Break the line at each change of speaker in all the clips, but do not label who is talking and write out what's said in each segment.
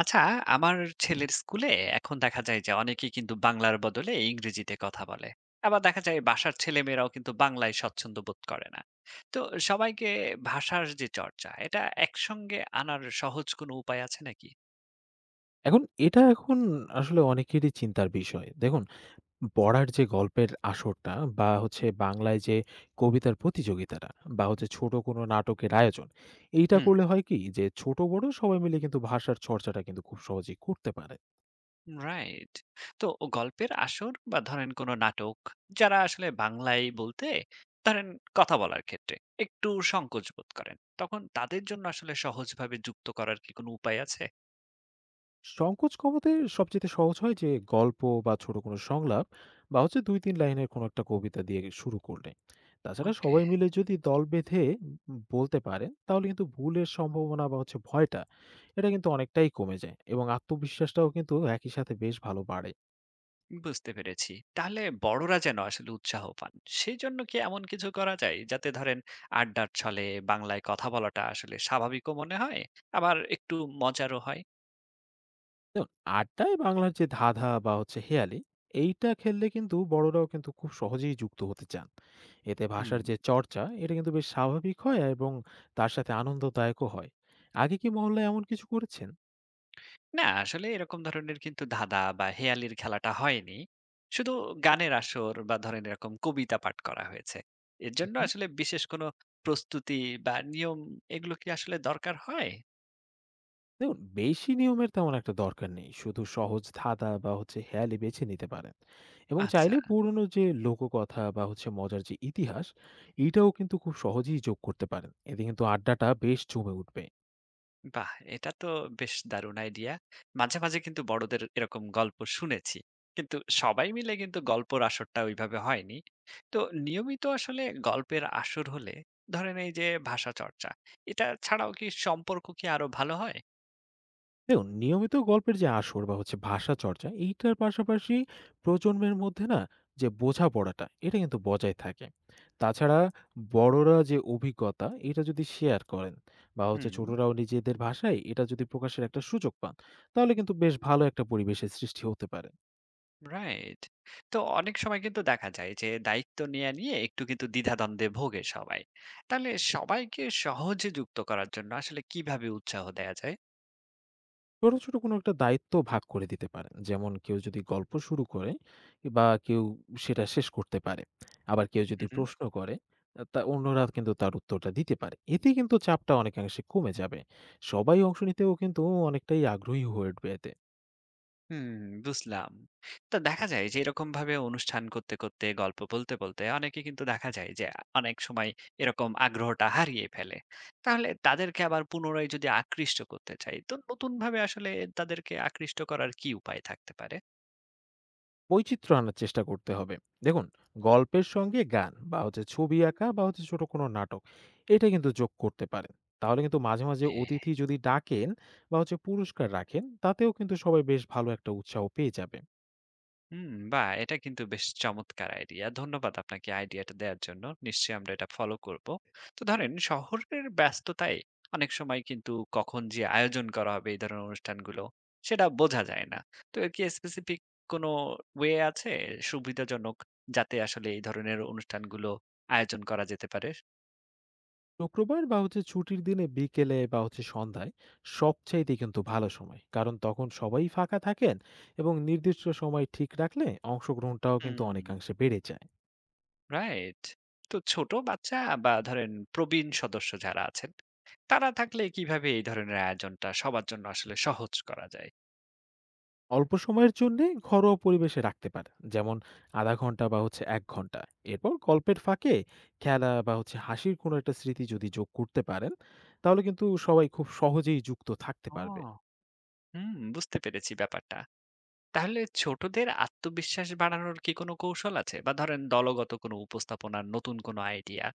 আচ্ছা, আমার ছেলের স্কুলে এখন দেখা যায় যে অনেকেই কিন্তু বাংলার বদলে ইংরেজিতে কথা বলে। আবার দেখা যায় বাসার ছেলেমেয়েরাও কিন্তু বাংলায় স্বচ্ছন্দ বোধ করে না। তো সবাইকে ভাষার যে চর্চা এটা একসঙ্গে আনার সহজ কোনো উপায় আছে নাকি?
এখন এটা আসলে অনেকেরই চিন্তার বিষয়। দেখুন, পড়ার যে গল্পের আসরটা বা হচ্ছে বাংলায় যে কবিতার প্রতিযোগিতাটা বা হচ্ছে ছোট কোনো নাটকের আয়োজন, এইটা
হুম,
করলে হয় কি যে ছোট বড় সবাই মিলে কিন্তু ভাষার চর্চাটা কিন্তু খুব সহজেই করতে পারে।
রাইট। তো গল্পের আসর বা ধরেন কোনো নাটক যারা আসলে বাংলায় বলতে ধরেন কথা বলার ক্ষেত্রে একটু সংকোচ বোধ করেন। তখন তাদের জন্য আসলে সহজভাবে যুক্ত করার কি কোনো উপায় আছে?
সংকোচ কমাতে সবচেয়ে সহজ হয় যে গল্প বা ছোট কোনো সংলাপ বা হচ্ছে দুই তিন লাইনের কোনো একটা কবিতা দিয়ে শুরু করলে তাছাড়া
ওকে।
সবাই মিলে যদি দল বেঁধে বলতে পারেন তাহলে কিন্তু ভুলের সম্ভাবনা বা হচ্ছে ভয়টা এটা কিন্তু অনেকটাই কমে যায় এবং আত্মবিশ্বাসটাও কিন্তু একই সাথে বেশ ভালো বাড়ে।
বুঝতে পেরেছি। তাহলে বড়রা যেন আসলে উৎসাহ পান, সেজন্য কি এমন কিছু করা যায় যাতে ধরেন আড্ডার ছলে বাংলায় কথা বলাটা আসলে স্বাভাবিকও মনে হয়, আবার একটু মজারও হয়?
দেখুন, আড্ডায় বাংলার যে ধাঁধা বা হচ্ছে হেয়ালি এইটা খেললে কিন্তু বড়রাও কিন্তু খুব সহজেই যুক্ত হতে চান। এতে
হুম।
ভাষার যে চর্চা এটা কিন্তু বেশ স্বাভাবিক হয় এবং তার সাথে আনন্দদায়কও হয়। আগে কি মহল্লায় এমন কিছু করেছেন?
না, আসলে এরকম ধরনের কিন্তু ধাঁধা বা হেঁয়ালির খেলাটা হয়নি। শুধু গানের আসর বা ধরেন এরকম কবিতা পাঠ করা হয়েছে। এর জন্য
হুম।
আসলে বিশেষ কোনো প্রস্তুতি বা নিয়ম এগুলো কি আসলে দরকার হয়?
দেখুন, বেশি নিয়মের তেমন একটা দরকার নেই, শুধু সহজ ধাঁধা বা হচ্ছে হেয়ালি বেছে নিতে পারেন এবং
আচ্ছা।
চাইলে পুরনো যে লোককথা বা হচ্ছে মজার যে ইতিহাস এটাও কিন্তু খুব সহজেই যোগ করতে পারেন। এতে কিন্তু আড্ডাটা বেশ জমে উঠবে।
বাহ! এটা তো বেশ দারুণ আইডিয়া। মাঝে, মাঝে কিন্তু বড়দের এরকম গল্প শুনেছি। কিন্তু সবাই মিলে কিন্তু গল্পর আসরটা ওইভাবে হয়নি। তো নিয়মিত আসলে গল্পের আসর হলে ধরেন এই যে ভাষা চর্চা, এটা ছাড়াও কি সম্পর্ক কি আরো ভালো হয়?
দেখুন, নিয়মিত গল্পের যে আসর বা হচ্ছে ভাষা চর্চা এইটার পাশাপাশি প্রজন্মের মধ্যে না যে বোঝাপড়াটা এটা কিন্তু বজায় থাকে। তাছাড়া বড়রা যে অভিজ্ঞতা এটা যদি শেয়ার করেন বা হচ্ছে
হুম,
ছোটরাও নিজেদের ভাষায় এটা যদি প্রকাশের একটা সুযোগ পান, তাহলে কিন্তু বেশ ভালো একটা পরিবেশের সৃষ্টি হতে পারে।
রাইট। তো অনেক সময় কিন্তু দেখা যায় যে দায়িত্ব নেয়া নিয়ে একটু কিন্তু দ্বিধাদ্বন্দ্বে ভোগে সবাই। তাহলে সবাইকে সহজে যুক্ত করার জন্য আসলে কিভাবে উৎসাহ দেয়া যায়?
ছোট, ছোট কোনো একটা দায়িত্ব ভাগ করে দিতে পারেন। যেমন কেউ যদি গল্প শুরু করে বা কেউ সেটা শেষ করতে পারে। আবার কেউ যদি প্রশ্ন করে তা অন্যরা কিন্তু তার উত্তরটা দিতে পারে। এতে কিন্তু চাপটা অনেকাংশে কমে যাবে। সবাই অংশ নিতেও কিন্তু অনেকটাই আগ্রহী হয়ে উঠবে এতে।
হুম, বুঝলাম। তো দেখা যায় যে এরকমভাবে অনুষ্ঠান করতে, করতে গল্প বলতে, বলতে অনেকে কিন্তু দেখা যায় যে অনেক সময় এরকম আগ্রহটা হারিয়ে ফেলে। তাহলে তাদেরকে আবার পুনরায় যদি আকৃষ্ট করতে চাই, তো নতুনভাবে আসলে তাদেরকে আকৃষ্ট করার কি উপায় থাকতে পারে?
বৈচিত্র্য আনার চেষ্টা করতে হবে। দেখুন, গল্পের সঙ্গে গান বা হচ্ছে ছবি আঁকা বা হচ্ছে ছোট কোনো নাটক এটা কিন্তু যোগ করতে পারেন। তাহলে কিন্তু মাঝে, মাঝে
হ্যাঁ।
অতিথি যদি ডাকেন বা হচ্ছে পুরস্কার রাখেন তাতেও কিন্তু সবাই বেশ ভালো একটা উৎসাহ পেয়ে যাবে।
হুম, বাহ! এটা কিন্তু বেশ চমৎকার আইডিয়া। ধন্যবাদ আপনাকে আইডিয়াটা দেওয়ার জন্য। নিশ্চয়ই আমরা এটা ফলো করব। তো ধরেন শহরের ব্যস্ততায় অনেক সময় কিন্তু কখন যে আয়োজন করা হবে এই ধরনের অনুষ্ঠানগুলো, সেটা বোঝা যায় না। তো এর কি স্পেসিফিক কোন ওয়ে আছে সুবিধাজনক যাতে আসলে এই ধরনের অনুষ্ঠানগুলো আয়োজন করা যেতে পারে?
শুক্রবার বা হচ্ছে ছুটির দিনে বিকেলে বা হচ্ছে সন্ধ্যায় সবচাইতে কিন্তু ভালো সময়। কারণ তখন সবাই ফাঁকা থাকেন এবং নির্দিষ্ট সময় ঠিক রাখলে অংশগ্রহণটাও কিন্তু
হুম।
অনেকাংশে বেড়ে যায়।
রাইট। তো ছোট বাচ্চা বা ধরেন প্রবীণ সদস্য যারা আছেন তারা থাকলে কিভাবে এই ধরনের আয়োজনটা সবার জন্য আসলে সহজ করা যায়?
অল্প সময়ের জন্যে ঘরোয়া পরিবেশে রাখতে পারেন, যেমন আধা ঘন্টা বা হচ্ছে এক ঘন্টা। এরপর গল্পের ফাঁকে খেলা বা হচ্ছে হাসির কোনো একটা স্মৃতি যদি যোগ করতে পারেন তাহলে কিন্তু সবাই খুব সহজেই যুক্ত থাকতে
ও
পারবে।
হুম, বুঝতে পেরেছি ব্যাপারটা। তাহলে ছোটদের আত্মবিশ্বাস বাড়ানোর কি কোনো কৌশল আছে বা ধরেন দলগত কোনো উপস্থাপনার নতুন কোনো আইডিয়া,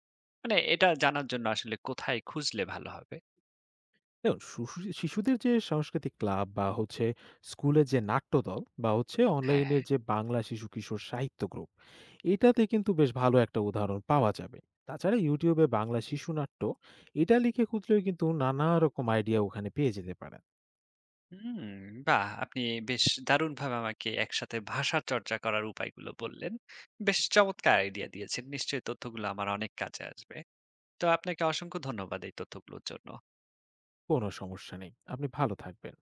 মানে এটা জানার জন্য আসলে কোথায় খুঁজলে ভালো হবে?
দেখুন, শিশুদের যে সাংস্কৃতিক ক্লাব বা হচ্ছে স্কুলের যে নাট্যদল বা হচ্ছে
হ্যাঁ।
অনলাইনের যে বাংলা শিশু কিশোর সাহিত্য গ্রুপ এটাতে কিন্তু বেশ ভালো একটা উদাহরণ পাওয়া যাবে। তাছাড়া ইউটিউবে বাংলা শিশু নাট্য এটা লিখে খুঁজলেও কিন্তু নানা রকম আইডিয়া ওখানে পেয়ে যেতে পারেন।
হুম, বাহ! আপনি বেশ দারুণভাবে আমাকে একসাথে ভাষা চর্চা করার উপায়গুলো বললেন। বেশ চমৎকার আইডিয়া দিয়েছেন। নিশ্চয়ই তথ্যগুলো আমার অনেক কাজে আসবে। তো আপনাকে অসংখ্য ধন্যবাদ এই তথ্যগুলোর জন্য।
কোনো সমস্যা নেই। আপনি ভালো থাকবেন।